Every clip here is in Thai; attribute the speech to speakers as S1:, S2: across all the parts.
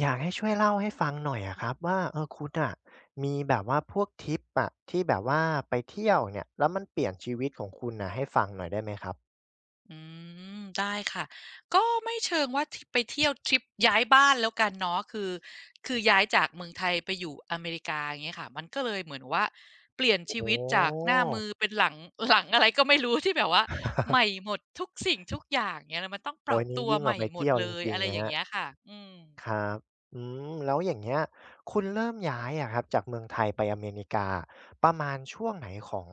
S1: อยากให้ช่วยเล่าให้ฟังหน่อยอะครับว่าคุณน่ะมีแบบว่าพวกทริปอะที่แบบว่าไปเที่ยวเนี่ยแล้วมันเปลี่ยนชีวิตของคุณน่ะให้ฟังหน่อยได้ไหมครับ
S2: อืได้ค่ะก็ไม่เชิงว่าที่ไปเที่ยวทริปย้ายบ้านแล้วกันเนาะคือย้ายจากเมืองไทยไปอยู่อเมริกาอย่างเงี้ยค่ะมันก็เลยเหมือนว่าเปลี่ยน
S1: โอ้โ
S2: ชีวิตจากห
S1: ฮ
S2: น้ามือเป็นหลังอะไรก็ไม่รู้ที่แบบว่าใหม่หมดทุกสิ่งทุกอย่างเงี้ยแล้วมันต้องป
S1: โอ้
S2: รั
S1: โฮ
S2: บ
S1: นี่
S2: ตัว
S1: ยิ่งก
S2: ให
S1: ว่า
S2: ม่
S1: ไป
S2: หมด
S1: เที่ยว
S2: เล
S1: จ
S2: ย
S1: ริง
S2: อะไร
S1: ๆ
S2: อ
S1: นะค
S2: ย่าง
S1: รับ
S2: เงี้ยค่ะอืม
S1: ครับอืมแล้วอย่างเงี้ยคุณเริ่มย้ายอะครับจากเมืองไทยไปอเมริกาประมาณช่วงไหนของ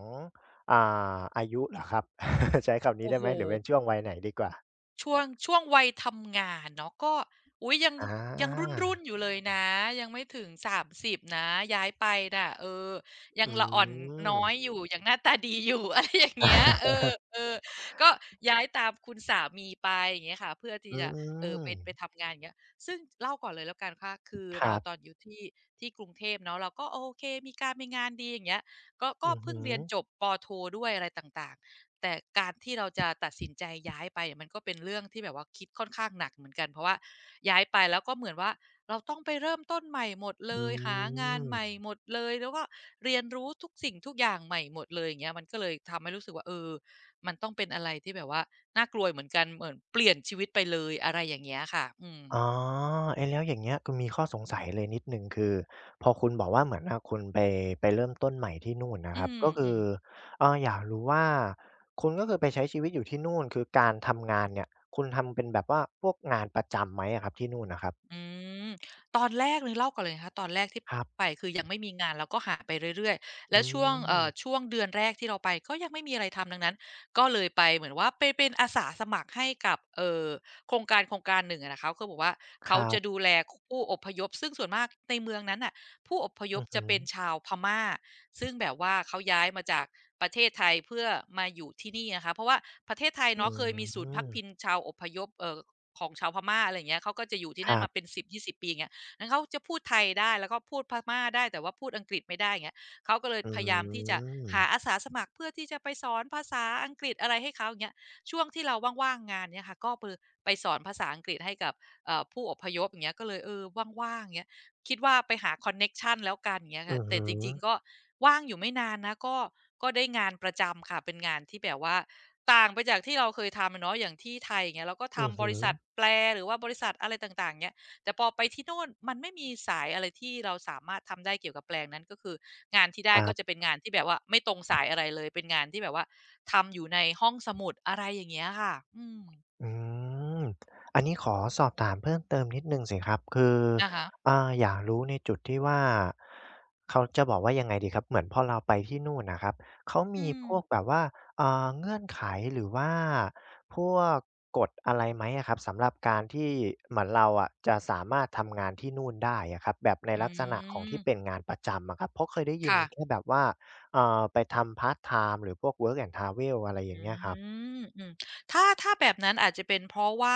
S1: อ่าอายุเหรอครับ ใช้คำนี้
S2: โอ้
S1: ได้
S2: โฮ
S1: ไหมหรือเป็นช่วงวัยไหนดีกว่า
S2: ช่วงวัยทำงานเนาะก็อุ๊ยยัง
S1: อ
S2: ยัง
S1: า
S2: รุ่นๆอยู่เลยนะยังไม่ถึง30นะย้ายไปน่ะเออยัง
S1: อื
S2: ละอ่อน
S1: ม
S2: น้อยอยู่ยังหน้าตาดีอยู่ อะไรอย่างเงี้ยเออๆก็ย้ายตามคุณสามีไปอย่างเงี้ยค่ะเพื่อที่
S1: อื
S2: จะ
S1: ม
S2: ไปทำงานอย่างเงี้ยซึ่งเล่าก่อนเลยแล้วกันว่าคือ
S1: ค
S2: เรา
S1: รั
S2: ตอน
S1: บ
S2: อยู่ที่กรุงเทพเนาะเราก็โอเคมีการมีงานดีอย่างเงี้ย ก็
S1: อือ
S2: เพิ่
S1: ฮึ
S2: งเรียนจบปอโทด้วยอะไรต่างๆ แต่การที่เราจะตัดสินใจย้ายไปเนี่ยมันก็เป็นเรื่องที่แบบว่าคิดค่อนข้างหนักเหมือนกันเพราะว่าย้ายไปแล้วก็เหมือนว่าเราต้องไปเริ่มต้นใหม่หมดเล
S1: อื
S2: ยหางาน
S1: ม
S2: ใหม่หมดเลยแล้วก็เรียนรู้ทุกสิ่งทุกอย่างใหม่หมดเลยอย่างเงี้ยมันก็เลยทำให้รู้สึกว่าเออมันต้องเป็นอะไรที่แบบว่าน่ากลัวเหมือนกันเหมือนเปลี่ยนชีวิตไปเลยอะไรอย่างเงี้ยค่ะ
S1: อ๋อเอ๊ะแล้วอย่างเงี้ยก็มีข้อสงสัยเลยนิดหนึ่งคือพอคุณบอกว่าเหมือนอะคุณไปไปเริ่มต้นใหม่ที่นู่นนะครับก็คื
S2: อื
S1: อ
S2: ม
S1: อยากรู้ว่าคุณก็คือไปใช้ชีวิตอยู่ที่นู่นคือการทำงานเนี่ยคุณทำเป็นแบบว่าพวกงานประจำไหมอะครับที่นู่นน่ะครับ
S2: อืมตอนแรกเลยเล่าก่อนเลยนะคะตอนแรกที่
S1: ครับ
S2: ไปคือยังไม่มีงานเราก็หาไปเรื่อยๆ
S1: อื
S2: แล้วช่วง
S1: ม
S2: ช่วงเดือนแรกที่เราไปก็ยังไม่มีอะไรทำดังนั้นก็เลยไปเหมือนว่าไปเป็นอาสาสมัครให้กับโครงการหนึ่งอะนะคะเขาบอกว่า
S1: ค
S2: เขา
S1: รั
S2: จะดู
S1: บ
S2: แลผู้อพยพซึ่งส่วนมากในเมืองนั้นน่ะผู้อพย
S1: อื
S2: พ
S1: อฮึ
S2: จะเป็นชาวพม่าซึ่งแบบว่าเขาย้ายมาจากประเทศไทยเพื่อมาอยู่ที่นี่นะคะเพราะว่าประเทศไทย
S1: อื
S2: เนาะเคย
S1: ม
S2: มีศูนย์พักพิงชาวอพยพของชาวพม่าอะไรอย่างเงี้ยเขาก็จะอยู่ที่
S1: ค
S2: นั่น
S1: รับ
S2: มาเป็น10-20ปีอย่างเงี้ยงั้นเขาจะพูดไทยได้แล้วก็พูดพม่าได้แต่ว่าพูดอังกฤษไม่ได้อย่างเงี้ยเขาก็เลย
S1: อื
S2: พยายามที่จะหาอา
S1: ม
S2: สาสมัครเพื่อที่จะไปสอนภาษาอังกฤษอะไรให้เขาอย่างเงี้ยช่วงที่เราว่างๆงานเนี่ยค่ะก็พือไปสอนภาษาอังกฤษให้กับผู้อพยพอย่างเงี้ยก็เลยเออว่างๆเงี้ยคิดว่าไปหาคอนเน็กชันแล้วกันอย่างเงี้ย
S1: อื
S2: ค่ะ
S1: อ
S2: แต่
S1: ฮึ
S2: จริงๆก็ ว่างอยู่ไม่นานนะก็ได้งานประจำค่ะเป็นงานที่แบบว่าต่างไปจากที่เราเคยทำอะเนาะอย่างที่ไทยอย่างเงี้ยเราก็
S1: อือ
S2: ทำบ
S1: ฮึ
S2: ริษัทแปลหรือว่าบริษัทอะไรต่างๆเงี้ยแต่พอไปที่โน่นมันไม่มีสายอะไรที่เราสามารถทำได้เกี่ยวกับแปลงนั้นก็คืองานที่
S1: ค
S2: ได้
S1: รั
S2: ก็จะ
S1: บ
S2: เป็นงานที่แบบว่าไม่ตรงสายอะไรเลยเป็นงานที่แบบว่าทำอยู่ในห้องสมุดอะไรอย่างเงี้ยค่ะอืม
S1: อืม อันนี้ขอสอบถามเพิ่มเติมนิดหนึ่งสิครับคือ
S2: อะฮะ
S1: อยากรู้ในจุดที่ว่าเขาจะบอกว่ายังไงดีครับ เหมือนพอเราไปที่นู่นน่ะครับเขามี
S2: อืม
S1: พวกแบบว่าเงื่อนไขหรือว่าพวกกฎอะไรไหมอะครับ สำหรับการที่เหมือนเราอะจะสามารถทำงานที่นู่นได้อะครับแบบใน
S2: อื
S1: ลักษณะของที่เป็น
S2: ม
S1: งานประจำอะครับเพราะเคยได้ยิน
S2: ค่ะ
S1: แค่แบบว่าไปทำพาร์ตไทม์หรือพวก Work and Travel อะไรอย่าง
S2: อื
S1: เงี้ยครับ
S2: มอืมถ้าแบบนั้นอาจจะเป็นเพราะว่า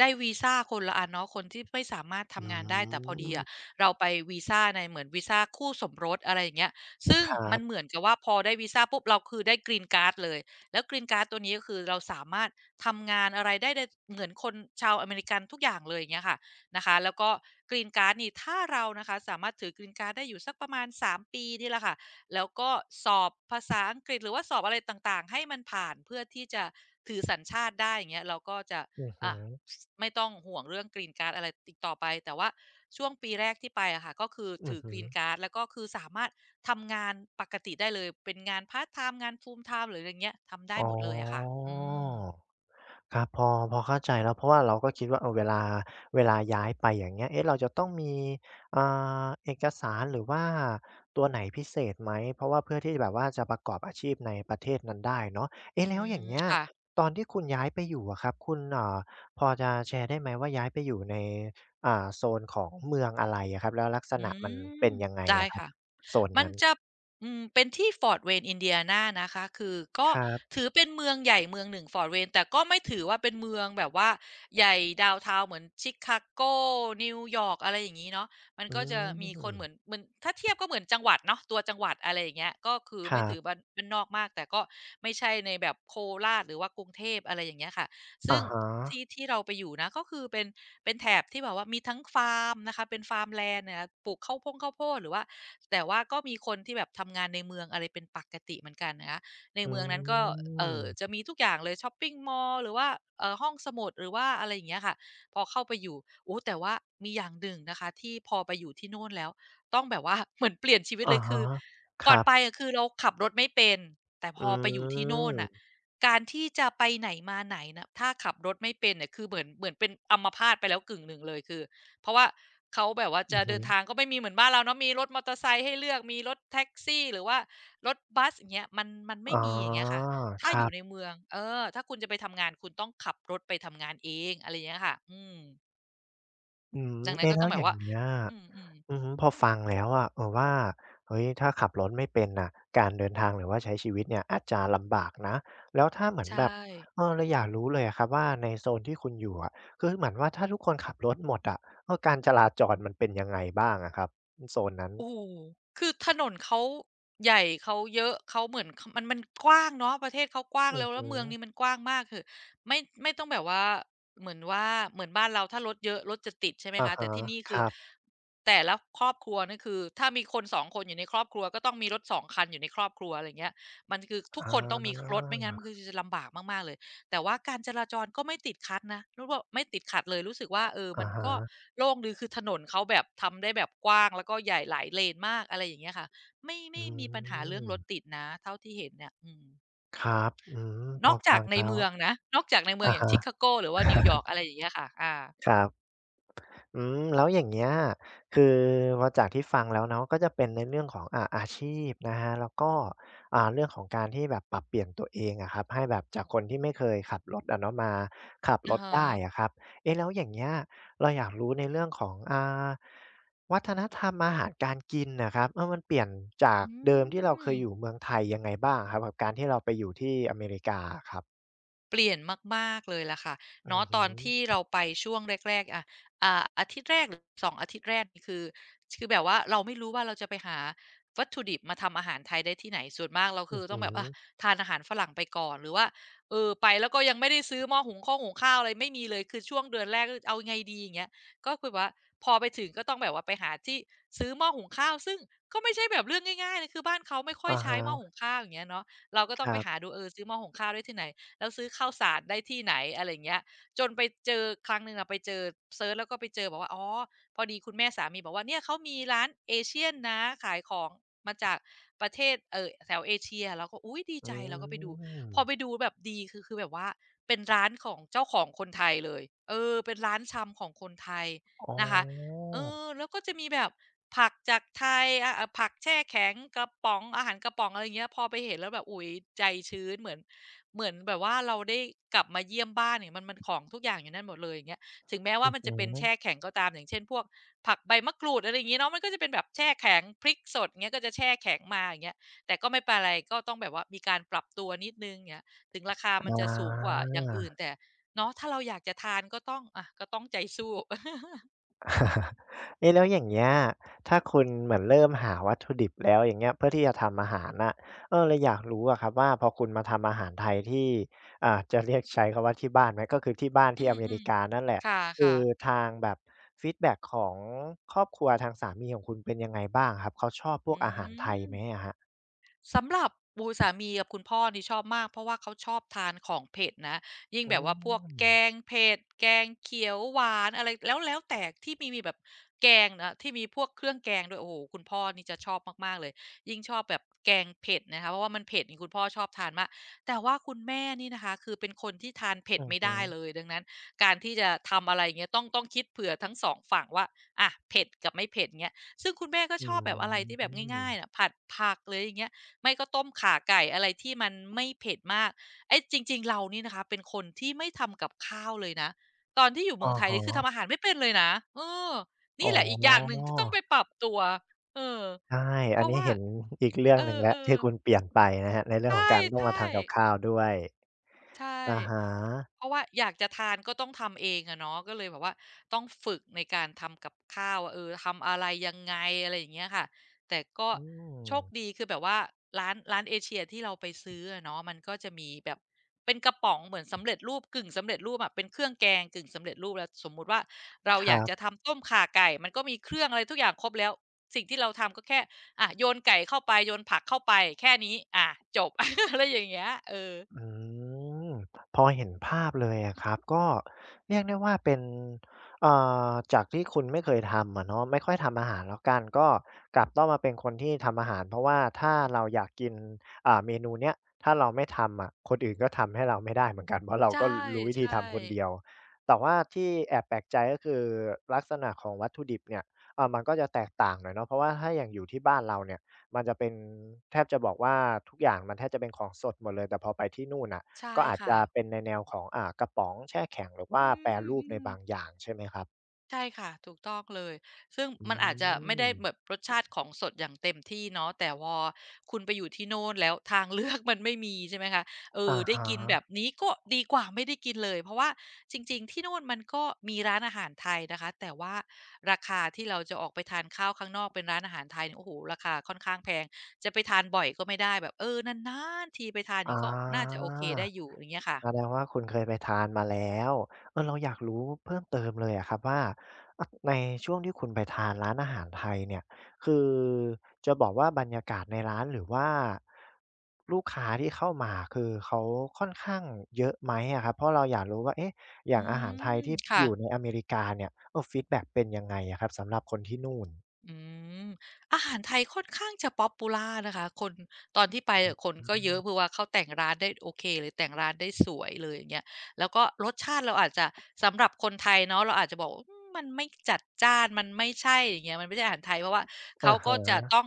S2: ได้วีซาคนละอันเนาะคนที่ไม่สามารถ
S1: อื
S2: ทำงานได้แต่พอดี
S1: ม
S2: อะเราไปวีซาในเหมือนวีซาคู่สมรสอะไรอย่างเงี้ยซึ่ง
S1: ครั
S2: มันเหมื
S1: บ
S2: อนกับว่าพอได้วีซาปุ๊บเราคือได้ Green Card เลยแล้ว Green Card ตัวนี้ก็คือเราสามารถทำงานอะไรได้เหมือนคนชาวอเมริกันทุกอย่างเลยอย่างเงี้ยค่ะนะคะแล้วก็ Green Card นี่ถ้าเรานะคะสามารถถือ Green Card ได้อยู่สักประมาณสามปีนี่แหละค่ะ แล้วก็สอบภาษาอังกฤษหรือว่าสอบอะไรต่างๆให้มันผ่านเพื่อที่จะถือสัญชาติได้อย่างเงี้ยเราก็จะ
S1: อือฮึ
S2: อ่ะไม่ต้องห่วงเรื่อง Green Card อะไรติดต่อไปแต่ว่าช่วงปีแรกที่ไปอะค่ะก็คือ
S1: อือ
S2: ถือ
S1: ฮึ
S2: Green Card แล้วก็คือสามารถทำงานปกติได้เลยเป็นงานพาร์ทไทม์งานฟูลไทม์หรืออะไรอย่างเงี้ยทำได้
S1: อ๋อ
S2: หมดเลยอะค่ะอืม
S1: ครับพอพอเข้าใจแล้วเพราะว่าเราก็คิดว่าเวลาเวลาย้ายไปอย่างเงี้ยเอ๊ะเราจะต้องมีอ่เอกสารหรือว่าตัวไหนพิเศษไหมเพราะว่าเพื่อที่แบบว่าจะประกอบอาชีพในประเทศนั้นได้เนาะเอ๊ะ
S2: อื
S1: แล้วอย่างเงี้ย
S2: ค่ะ
S1: ตอนที่คุณย้ายไปอยู่อะครับคุณพอจะแชร์ได้ไหมว่าย้ายไปอยู่ในอ่าโซนของเมืองอะไรอะครับแล้วลักษ
S2: อื
S1: ณะมันเป็
S2: ม
S1: นยังไง
S2: ได้
S1: อะครับ
S2: ค่ะ
S1: โซน
S2: มัน
S1: นั้น
S2: จะเป็นที่ Fort Wayne อินเดียนานะคะคือก็
S1: ครับ
S2: ถือเป็นเมืองใหญ่เมืองหนึ่ง Fort Wayne แต่ก็ไม่ถือว่าเป็นเมืองแบบว่าใหญ่ดาวน์ทาวน์เหมือนชิคาโกนิวยอร์กอะไรอย่างงี้เนาะมัน
S1: อื
S2: ก็จะมีคนเหมือน
S1: ม
S2: เหมือนถ้าเทียบก็เหมือนจังหวัดเนาะตัวจังหวัดอะไรอย่างเงี้ยก็คือ
S1: ค
S2: ไม่
S1: รั
S2: ถือ
S1: บ
S2: บ้านนอกมากแต่ก็ไม่ใช่ในแบบโคราชหรือว่ากรุงเทพอะไรอย่างเงี้ยค่ะซึ่
S1: อะ
S2: ง
S1: ฮะ
S2: ที่เราไปอยู่นะก็คือเป็นแถบที่แบบว่ามีทั้งฟาร์มนะคะเป็นฟาร์มแลนด์เนี่ยปลูกข้าวโพดหรือว่า แต่ว่าก็มีคนที่แบบทำงานในเมืองอะไรเป็นปกติเหมือนกันนะคะ ใน
S1: อื
S2: เมืองนั้นก็จะ
S1: ม
S2: มีทุกอย่างเลยช็อปปิงมอลล์หรือว่าห้องสมุดหรือว่าอะไรอย่างเงี้ยค่ะพอเข้าไปอยู่โอ้แต่ว่ามีอย่างหนึ่งนะคะที่พอไปอยู่ที่โน่นแล้วต้องแบบว่า เหมือนเปลี่ยนชีวิต
S1: อะ
S2: เลยคื
S1: ฮะ
S2: อ
S1: ค
S2: ก่อน
S1: รับ
S2: ไปอะคือเราขับรถไม่เป็นแต่พ
S1: อื
S2: อไปอยู่ที่โน่นน่ะ
S1: ม
S2: การที่จะไปไหนมาไหนน่ะถ้าขับรถไม่เป็นเนี่ยคือเหมือนเป็นอัมพาตไปแล้วกึ่งหนึ่งเลยคือ เพราะว่าเขาแบบว่า
S1: อื
S2: จะ
S1: อฮึ
S2: เดินทางก็ไม่มีเหมือนบ้านเราเนาะมีรถมอเตอร์ไซค์ให้เลือกมีรถแท็กซี่หรือว่ารถบัสอย่างเงี้ยมันไม่
S1: อ๋
S2: มีอย่างเงี้ย
S1: อ
S2: ค่ะ
S1: ค
S2: ถ้าอ
S1: รั
S2: ยู่ใน
S1: บ
S2: เมืองเออถ้าคุณจะไปทำงานคุณต้องขับรถไปทำงานเองอะไรอย่างเงี้ยค่ะอืม
S1: อืม
S2: ดังนั้น
S1: เอ๊ะ
S2: ก็
S1: แล้
S2: ต้อ
S1: ว
S2: งแบ
S1: อ
S2: บ
S1: ย่าง
S2: ว่า
S1: เงี้ย
S2: อืม
S1: อือฮึพอฟังแล้วอะว่าเฮ้ยถ้าขับรถไม่เป็นน่ะการเดินทางหรือว่าใช้ชีวิตเนี่ยอาจจะลำบากนะ แล้วถ้าเหมื
S2: ๆ
S1: อน
S2: ใช
S1: แบบเอ
S2: ่
S1: เราอยากรู้เลยอะครับว่าในโซนที่คุณอยู่อะคือเหมือนว่าถ้าทุกคนขับรถหมดอะการจราจรมันเป็นยังไงบ้างอะครับโซนนั้น
S2: โอ้โฮคือถนนเขาใหญ่เขาเยอะเขาเหมือนขมันกว้างเนาะประเทศเขากว้าง
S1: อือ
S2: แล้ว
S1: ฮึ
S2: แล้วเมืองนี้มันกว้างมากคือไม่ต้องแบบว่าเหมือนว่าเหมือนบ้านเราถ้ารถเยอะรถจะติดใช่ไหม
S1: อะ
S2: คะแต่
S1: ฮะ
S2: ที่นี่
S1: ค
S2: คือ
S1: รับ
S2: แต่ละครอบครัวนี่คือถ้ามีคนสองคนอยู่ในครอบครัวก็ต้องมีรถสองคันอยู่ในครอบครัวอะไรอย่างเงี้ยมันคือทุก
S1: อา
S2: คนต้องมีรถไม่งั้นมันคือจะลำบากมากๆเลย แต่ว่าการจราจรก็ไม่ติดขัดนะรู้ว่าไม่ติดขัดเลยรู้สึกว่าเออมั
S1: อะ
S2: น
S1: ฮะ
S2: ก็โล่งดีคือถนนเขาแบบทำได้แบบกว้างแล้วก็ใหญ่หลายเลนมากอะไรอย่างเงี้ยค่ะไม่
S1: อื
S2: ไม่มีปัญหาเรื่อง
S1: ม
S2: รถติดนะเท่าที่เห็นเนี่ยอืม
S1: ครับอืมพ
S2: น
S1: อ
S2: อกจา
S1: ฟั
S2: ก
S1: ง
S2: ใน
S1: แล้ว
S2: เมืองนะนอกจากในเมือง
S1: อะ
S2: อย่าง
S1: ฮะ
S2: ชิคาโกหรือว่านิวยอร์กอะไรอย่างเงี้ยค่ะอา
S1: ครับ อืมแล้วอย่างเงี้ยคือพอจากที่ฟังแล้วเนาะก็จะเป็นในเรื่องของอาชีพนะครับแล้วก็เรื่องของการที่แบบปรับเปลี่ยนตัวเองอะครับให้แบบจากคนที่ไม่เคยขับรถอะเนาะมาขับร
S2: อะ
S1: ถได้อะ
S2: ฮะ
S1: ครับเอ๊ะแล้วอย่างเงี้ยเราอยากรู้ในเรื่องของวัฒนธรรมอาหารการกินน่ะครับมันเปลี่ยนจาก
S2: อื
S1: เดิมที่เราเคยอยู่
S2: ม
S1: เมืองไทยยังไงบ้างอะครับกับการที่เราไปอยู่ที่อเมริกาอะครับ
S2: เปลี่ยนมากๆเลยล่ะค่ะ
S1: อื
S2: เนาะ
S1: อ
S2: ต
S1: ฮึ
S2: อนที่เราไปช่วงแรกๆอะอาทิตย์แรกหรือ2องอาทิตย์แรกนี่คือคือแบบว่าเราไม่รู้ว่าเราจะไปหาวัตถุดิบมาทำอาหารไทยได้ที่ไหนส่วนมากเรา
S1: อื
S2: คื
S1: อ
S2: อ
S1: ฮึ
S2: ต้องแบบอะทานอาหารฝรั่งไปก่อนหรือว่าเออไปแล้วก็ยังไม่ได้ซื้อหม้อหุงข้าวอะไรไม่มีเลยคือช่วงเดือนแรกก็เอาไงดีอย่างเงี้ยก็คือแบบว่าพอไปถึงก็ต้องแบบว่าไปหาที่ซื้อหม้อหุงข้าวซึ่งก็ไม่ใช่แบบเรื่องง่ายๆนะคือบ้านเขาไม่ค่อย
S1: อะ
S2: ใช้หม้อหุ
S1: ฮะ
S2: งข้าวอย่างเงี้ยเนาะเราก็
S1: ค
S2: ต้อง
S1: รั
S2: ไปหา
S1: บ
S2: ดูเออซื้อหม้อหุงข้าวได้ที่ไหน แล้วซื้อข้าวสารได้ที่ไหนอะไรเงี้ยจนไปเจอครั้งหนึ่งอะไปเจอเซิร์ชแล้วก็ไปเจอบอกว่าอ๋อพอดีคุณแม่สามีบอกว่าเนี่ยเขามีร้านเอเชียนนะขายของมาจากประเทศแถวเอเชียเราก็อุ๊ยดี
S1: อื
S2: ใจเราก็ไปดู
S1: ม
S2: พอไปดูแบบดีคือคือแบบว่าเป็นร้านของเจ้าของคนไทยเลยเออเป็นร้านชำของคนไทย
S1: อ๋
S2: นะคะ
S1: อ
S2: เออแล้วก็จะมีแบบผักจากไทยอาผักแช่แข็งกระป๋องอาหารกระป๋องอะไรอย่างเงี้ยพอไปเห็นแล้วแบบอุ๊ยใจชื้นเหมือน เหมือนแบบว่าเราได้กลับมาเยี่ยมบ้านเนี่ยมันของทุกอย่างอยู่นั่นหมดเลยอย่างเงี้ยถึงแม้
S1: อื
S2: ว่า
S1: อ
S2: มัน
S1: ฮึ
S2: จะเป็นแช่แข็งก็ตามอย่างเช่นพวกผักใบมะกรูดอะไรอย่างงี้เนาะมันก็จะเป็นแบบแช่แข็งพริกสดเงี้ยก็จะแช่แข็งมาอย่างเงี้ยแต่ก็ไม่เป็นไรก็ต้องแบบว่ามีการปรับตัวนิดหนึ่งอย่างเงี้ยถึงราคามั
S1: อ๋อ
S2: นจะสูงกว่าอย่างอื่นแต่เนาะถ้าเราอยากจะทานก็ต้องอะก็ต้องใจสู้
S1: เอ๊ะแล้วอย่างเงี้ยถ้าคุณเหมือนเริ่มหาวัตถุดิบแล้วอย่างเงี้ยเพื่อที่จะทำอาหารน่ะเลยอยากรู้อะครับว่าพอคุณมาทำอาหารไทยที่จะเรียกใช้คำว่าที่บ้านไหมก็คือที่บ้าน
S2: อื
S1: ที่อเมริ
S2: ม
S1: กานั่นแหละ
S2: ๆค
S1: คื
S2: ่ะ
S1: อ
S2: ๆ
S1: ทางแบบฟีดแบ็กของครอบครัวทางสามีของคุณเป็นยังไงบ้างครับเขาชอบพว
S2: อื
S1: กอาหารไทยไหม
S2: ม
S1: อะครับ
S2: สำหรับโอ้โฮสามีกับคุณพ่อนี่ชอบมากเพราะว่าเขาชอบทานของเผ็ดนะยิ่ง
S1: อื
S2: แบบว่าพวกแก
S1: ม
S2: งเผ็ดแกงเขียวหวานอะไรแล้วแล้วแต่ที่มีแบบแกงนะที่มีพวกเครื่องแกงด้วยโอ้โฮคุณพ่อนี่จะชอบมากๆเลยยิ่งชอบแบบแกงเผ็ดนะคะเพราะว่ามันเผ็ดนี่คุณพ่อชอบทานมากแต่ว่าคุณแม่นี่นะคะคือเป็นคนที่ทานเผ็
S1: อื
S2: ด
S1: อ
S2: ไม่
S1: ฮึ
S2: ได้เลยดังนั้นการที่จะทำอะไรอย่างเงี้ยต้องคิดเผื่อทั้งสองฝั่งว่าอะเผ็ดกับไม่เผ็ดเงี้ยซึ่งคุณแม่ก็
S1: อื
S2: ชอบแบบอะไรที่แบบ
S1: ม
S2: ง่ายๆน่ะผัดผักหรืออย่างเงี้ย ไม่ก็ต้มข่าไก่อะไรที่มันไม่เผ็ดมากไอ้จริงๆเรานี่นะคะเป็นคนที่ไม่ทำกับข้าวเลยนะตอนที่อยู่เมือ
S1: อะ
S2: งไทย
S1: ฮะ
S2: นี่คือทำอาหารไม่เป็นเลยนะเออ
S1: อ๋อ
S2: นี่แหละอีกอย่างหนึ่งที่ต้องไปปรับตัวเออ
S1: ใช่
S2: เพ
S1: อัน
S2: ราะ
S1: นี้
S2: ว่า
S1: เห็นอีกเรื่อง
S2: เอ
S1: หนึ่งแล้ว
S2: อ
S1: ที่
S2: ๆ
S1: คุณเปลี่ยนไปนะครับในเรื่องของการต้องมา
S2: ใช่
S1: ทำกับข้า
S2: ๆ
S1: วด้วย
S2: ใช่
S1: อะฮะ
S2: เพราะว่าอยากจะทานก็ต้องทำเองอะเนาะก็เลยแบบว่าต้องฝึกในการทำกับข้าวว่าเออทำอะไรยังไงอะไรอย่างเงี้ยค่ะแต่ก็
S1: อื
S2: โชค
S1: ม
S2: ดีคือแบบว่าร้านเอเชียที่เราไปซื้ออะเนาะมันก็จะมีแบบเป็นกระป๋องเหมือนสำเร็จรูปกึ่งสำเร็จรูปอะเป็นเครื่องแกงกึ่งสำเร็จรูปแล้วสมมุติว่าเรา
S1: ค
S2: อ
S1: รั
S2: ยากจะ
S1: บ
S2: ทำต้มข่าไก่มันก็มีเครื่องอะไรทุกอย่างครบแล้วสิ่งที่เราทำก็แค่อะโยนไก่เข้าไปโยนผักเข้าไปแค่นี้อะจบ อะไรอย่างเงี้ยเออ
S1: อืมพอเห็นภาพเลยอะครับก็เรียกได้ว่าเป็นเอ่จากที่คุณไม่เคยทำอะเนาะไม่ค่อยทำอาหารแล้วกันก็กลับต้องมาเป็นคนที่ทำอาหารเพราะว่าถ้าเราอยากกินเมนูเนี้ยถ้าเราไม่ทำอะคนอื่นก็ทำให้เราไม่ได้เหมือนกันเพราะเรา
S2: ใช่
S1: ก็รู้วิธี
S2: ใช่
S1: ทำคนเดียวแต่ว่าที่แอบแปลกใจก็คือลักษณะของวัตถุดิบเนี่ยมันก็จะแตกต่างหน่อยเนาะเพราะว่าถ้าอย่างอยู่ที่บ้านเราเนี่ย มันจะเป็นแทบจะบอกว่าทุกอย่างมันแทบจะเป็นของสดหมดเลยแต่พอไปที่นู่นน่ะ
S2: ใช่
S1: ก็อาจ
S2: ค่ะ
S1: จะเป็นในแนวของกระป๋องแช่แข็งหรือ
S2: อื
S1: ว่าแปรรูปใน
S2: ม
S1: บางอ
S2: ๆ
S1: ย่างใช่ไหมครับ
S2: ใช่ค่ะถูกต้องเลยซึ่ง
S1: อื
S2: มันอาจจะไม่ได้
S1: ม
S2: แบบรสชาติของสดอย่างเต็มที่เนาะแต่พอคุณไปอยู่ที่โน่นแล้วทางเลือกมันไม่มีใช่ไหมคะเออ
S1: อะ
S2: ได้
S1: ฮะ
S2: กินแบบนี้ก็ดีกว่าไม่ได้กินเลยเพราะว่าจริงๆที่โน่นมันก็มีร้านอาหารไทยนะคะแต่ว่าราคาที่เราจะออกไปทานข้าวข้างนอกเป็นร้านอาหารไทยเนี่ยโอ้โฮราคาค่อนข้างแพงจะไปทานบ่อยก็ไม่ได้แบบเออนานๆทีไปทานอย่าง
S1: อา
S2: งี้ก็น่าจะโอเคได้อยู่อย่างเงี้ย
S1: แสด
S2: ค่ะ
S1: งว่าคุณเคยไปทานมาแล้วเออเราอยากรู้เพิ่มเติมเลยอะครับว่าอะในช่วงที่คุณไปทานร้านอาหารไทยเนี่ยคือจะบอกว่าบรรยากาศในร้านหรือว่าลูกค้าที่เข้ามาคือเขาค่อนข้างเยอะไหมอะครับเพราะเราอยากรู้ว่าเอ๊ะอย่าง
S2: อื
S1: อาหารไทย
S2: ม
S1: ที่อ
S2: ค่ะ
S1: ยู่ในอเมริกาเนี่ยเออฟีดแบ็กเป็นยังไงอะครับสำหรับคนที่นู่น
S2: อืมอาหารไทยค่อนข้างจะป๊อปปูล่านะคะคนตอนที่ไป
S1: อ
S2: อะคน
S1: ื
S2: ก็เยอะเพราะ
S1: ม
S2: ว่าเขาแต่งร้านได้โอเคเลยแต่งร้านได้สวยเลยอย่างเงี้ยแล้วก็รสชาติเราอาจจะสำหรับคนไทยเนาะเราอาจจะบอกว่าอืมมันไม่จัดจ้านมันไม่ใช่อย่างเงี้ยมันไม่ใช่อาหารไทยเพราะว่าเขา
S1: อะ
S2: ก็จะ
S1: ฮะ
S2: ต้อง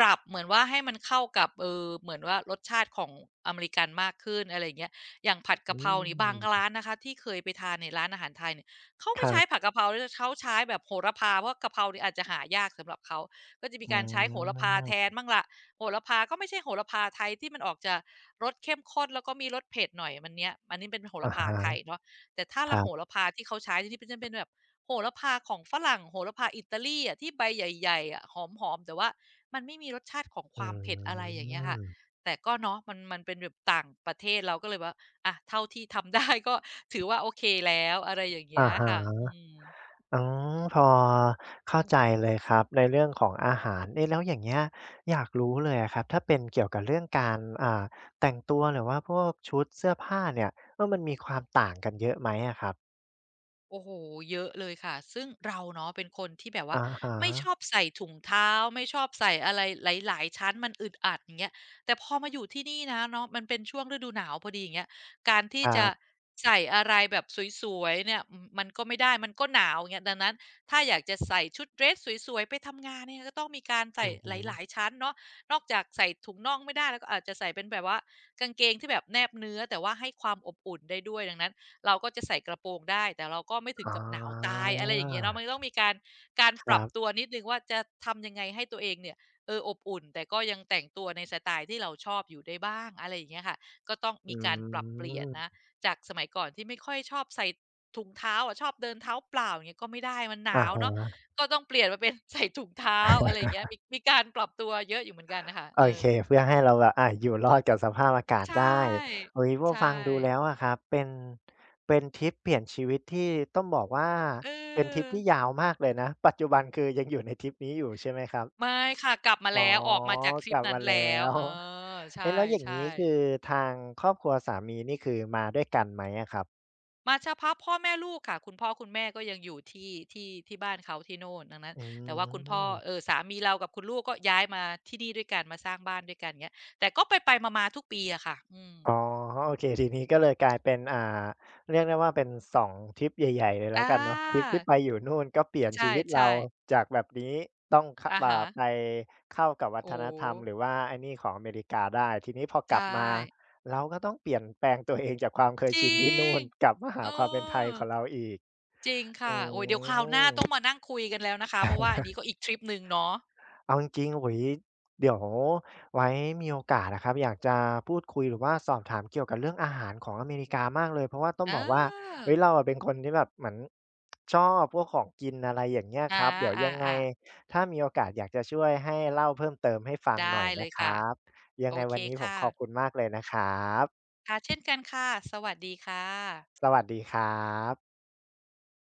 S2: ปรับเหมือนว่าให้มันเข้ากับเหมือนว่ารสชาติของอเมริกันมากขึ้นอะไรอย่างเงี้ยอย่างผัด
S1: อื
S2: กะเพรานี่บาง
S1: ม
S2: ร้านนะคะที่เคยไปทานในร้านอาหารไทย เขา
S1: ค
S2: ไม่
S1: รั
S2: ใช้
S1: บ
S2: ผักกะเพราด้วยเขาใช้แบบโหระพาเพราะกะเพรานี่อาจจะหายากสำหรับเขาก็จะมี
S1: อื
S2: การใช้โหระพาแทน
S1: ม
S2: บ้างล่ะโหระพาก็ไม่ใช่โหระพาไทยที่มันออกจะรสเข้มข้นแล้วก็มีรสเผ็ดหน่อยมันเนี้ยอันนี้เป็นโห
S1: อะ
S2: ระพาไทย
S1: ฮะ
S2: เนาะแต่ถ้า
S1: ค
S2: ละ
S1: รั
S2: โห
S1: บ
S2: ระพาที่เขาใช้ที่เป็นจะเป็นแบบโหระพาของฝรั่งโหระพาอิตาลีอะที่ใบใหญ่ๆอะหอมๆแต่ว่ามันไม่มีรสชาติของค
S1: อ
S2: วามเผ็ดอะ
S1: ื
S2: ไรอย่างเงี้ยค่ะ
S1: ม
S2: แต่ก็เนาะมันเป็นแบบต่างประเทศเราก็เลยว่า อะเท่าที่ทำ ได้ ก็ถือว่าโอเคแล้วอะไรอย่างเงี้
S1: อะ
S2: ย
S1: ฮ
S2: ค่ะอื
S1: ะ
S2: ม
S1: อืมพอเข้าใจเลยครับในเรื่องของอาหารเอ๊ะแล้วอย่างเงี้ยอยากรู้เลยอะครับถ้าเป็นเกี่ยวกับเรื่องการแต่งตัวหรือว่าพวกชุดเสื้อผ้าเนี่ยเออมันมีความต่างกันเยอะไหมอะครับ
S2: โอ้โฮเยอะเลยค่ะซึ่งเราเนาะเป็นคนที่แบบว่า
S1: อะฮะ
S2: ไม่ชอบใส่ถุงเท้าไม่ชอบใส่อะไรหลายๆชั้นมันอึดอัดอย่างเงี้ยแต่พอมาอยู่ที่นี่นะเนาะมันเป็นช่วงฤดูหนาวพอดีอย่างเงี้ยการ
S1: ค
S2: ที่
S1: รั
S2: จะ
S1: บ
S2: ใส่อะไรแบบสวยๆเนี่ยอืมมันก็ไม่ได้มันก็หนาวอย่างเงี้ยดังนั้นถ้าอยากจะใส่ชุดเดรสสวยๆไปทำงานเนี่ยก็ต้องมีการใส่
S1: อือฮึ
S2: หลายๆชั้นเนาะนอกจากใส่ถุงน่องไม่ได้แล้วก็อาจจะใส่เป็นแบบว่ากางเกงที่แบบแนบเนื้อแต่ว่าให้ความอบอุ่นได้ด้วยดังนั้น เราก็จะใส่กระโปรงได้แต่เราก็ไม่ถึง
S1: อ๋
S2: กับหนาวตา
S1: อ
S2: ยอะไรอย่างเงี้ยเนาะมันต้องมีการ
S1: ค
S2: ป
S1: รั
S2: รับตั
S1: บ
S2: วนิดหนึ่งว่าจะทำยังไงให้ตัวเองเนี่ยเอออบอุ่นแต่ก็ยังแต่งตัวในสไตล์ที่เราชอบอยู่ได้บ้างอะไรอย่างเงี้ยค่ะก็ต้อง
S1: อื
S2: มีการปรับเปลี่ยนนะ
S1: ม
S2: จากสมัยก่อนที่ไม่ค่อยชอบใส่ถุงเท้าอะชอบเดินเท้าเปล่าอย่างเงี้ยก็ไม่ได้มันห
S1: อะ
S2: นาว
S1: ฮ
S2: เนาะ
S1: ะ
S2: ก็ต้องเปลี่ยนมาเป็น ใส่ถุงเท้าอะไรอย่างเงี้ยมีการปรับตัวเยอะอยู่เหมือนกันน่ะค่ะ
S1: โอ
S2: เออ
S1: เคเพื่อให้เราแบบอยู่รอดกับสภาพอากาศ
S2: ใช
S1: ได้
S2: ่
S1: โอ้โฮพอ
S2: ใช่
S1: ฟังดูแล้วอะครับเป็นเป็นทริปเปลี่ยนชีวิตที่ต้องบอกว่า
S2: เอ
S1: เป็นทริป
S2: อ
S1: ที่ยาวมากเลยนะปัจจุบันคือยังอยู่ในทริปนี้อยู่ใช่ไหมครับ
S2: ไม่ค่ะกลับมา
S1: อ๋อ
S2: แล้วออกมาจากท
S1: ก
S2: ริป
S1: ลับ
S2: นั้
S1: มา
S2: นแล้
S1: แล้
S2: ว
S1: ว
S2: เออใ
S1: เอ๊ะแล้วอย่าง
S2: ช่
S1: งี้คื
S2: ๆ
S1: อทางครอบครัวสามีนี่คือมาด้วยกันไหมอะครับ
S2: มาเฉพาะพ่อแม่ลูกค่ะคุณพ่อคุณแม่ก็ยังอยู่ที่บ้านเขาที่โน่นดังนั้น
S1: อื
S2: แต่ว่าคุณพ่อ
S1: ม
S2: สามีเรากับคุณลูกก็ย้ายมาที่นี่ด้วยกันมาสร้างบ้านด้วยกันเงี้ยแต่ก็ไปๆมาๆทุกปีอะค่ะอืม
S1: อ๋อโอเคทีนี้ก็เลยกลายเป็นเรียกได้ว่าเป็น2ทริปใหญ่ๆเลยแล้ว
S2: อา
S1: กันเนาะทริปที่ไปอยู่นู่นก็เปลี่ยน
S2: ใช
S1: ชีวิตเรา
S2: ่ๆ
S1: จากแบบนี้ต้องข
S2: อะฮะ
S1: ไปเข้ากับวัฒ
S2: โอ้
S1: นธร
S2: โฮ
S1: รมหรือว่าไอ้นี่ของอเมริกาได้ทีนี้พอกลั
S2: ใช่
S1: บมาเราก็ต้องเปลี่ยนแปลงตัวเองจากความเคย
S2: จริ
S1: ชินที่นู่
S2: ง
S1: นกลับมาหา
S2: เอ
S1: ความเป็นไทย
S2: อ
S1: ของเราอีก
S2: จริง
S1: อื
S2: ค่ะโอ๊ยเดี๋ยวคราวหน้าต้องมา
S1: ม
S2: นั่งคุยกันแล้วนะคะเพราะว่าอันนี้ก็อีกทริปหนึ่งเนาะ
S1: เอาจริงๆโอ้ยเดี๋ยวไว้มีโอกาสนะครับอยากจะพูดคุยหรือว่าสอบถามเกี่ยวกับเรื่องอาหารของอเมริกามากเลยเพราะว่าต้องบอ
S2: อา
S1: กว่าเฮ้ยเราอะเป็นคนที่แบบเหมือนชอบพวกของกินอะไรอย่างเงี้ยค
S2: อา
S1: รับเดี๋ยวยังไง
S2: อา
S1: ถ้ามีโอกาสอยากจะช่วยให้เล่าเพิ่มเติมให้ฟั
S2: ๆ
S1: งหน่
S2: ได้
S1: อย
S2: เล
S1: นะ
S2: ย
S1: ค
S2: ค่ะ
S1: รับยัง
S2: โอ
S1: ไง
S2: เค
S1: วันนี้ผม
S2: ค่ะ
S1: ขอบคุณมากเลยนะครับ
S2: ค่ะ เช่นกันค่ะ สวัสดีค่ะ
S1: สวัสดีครับ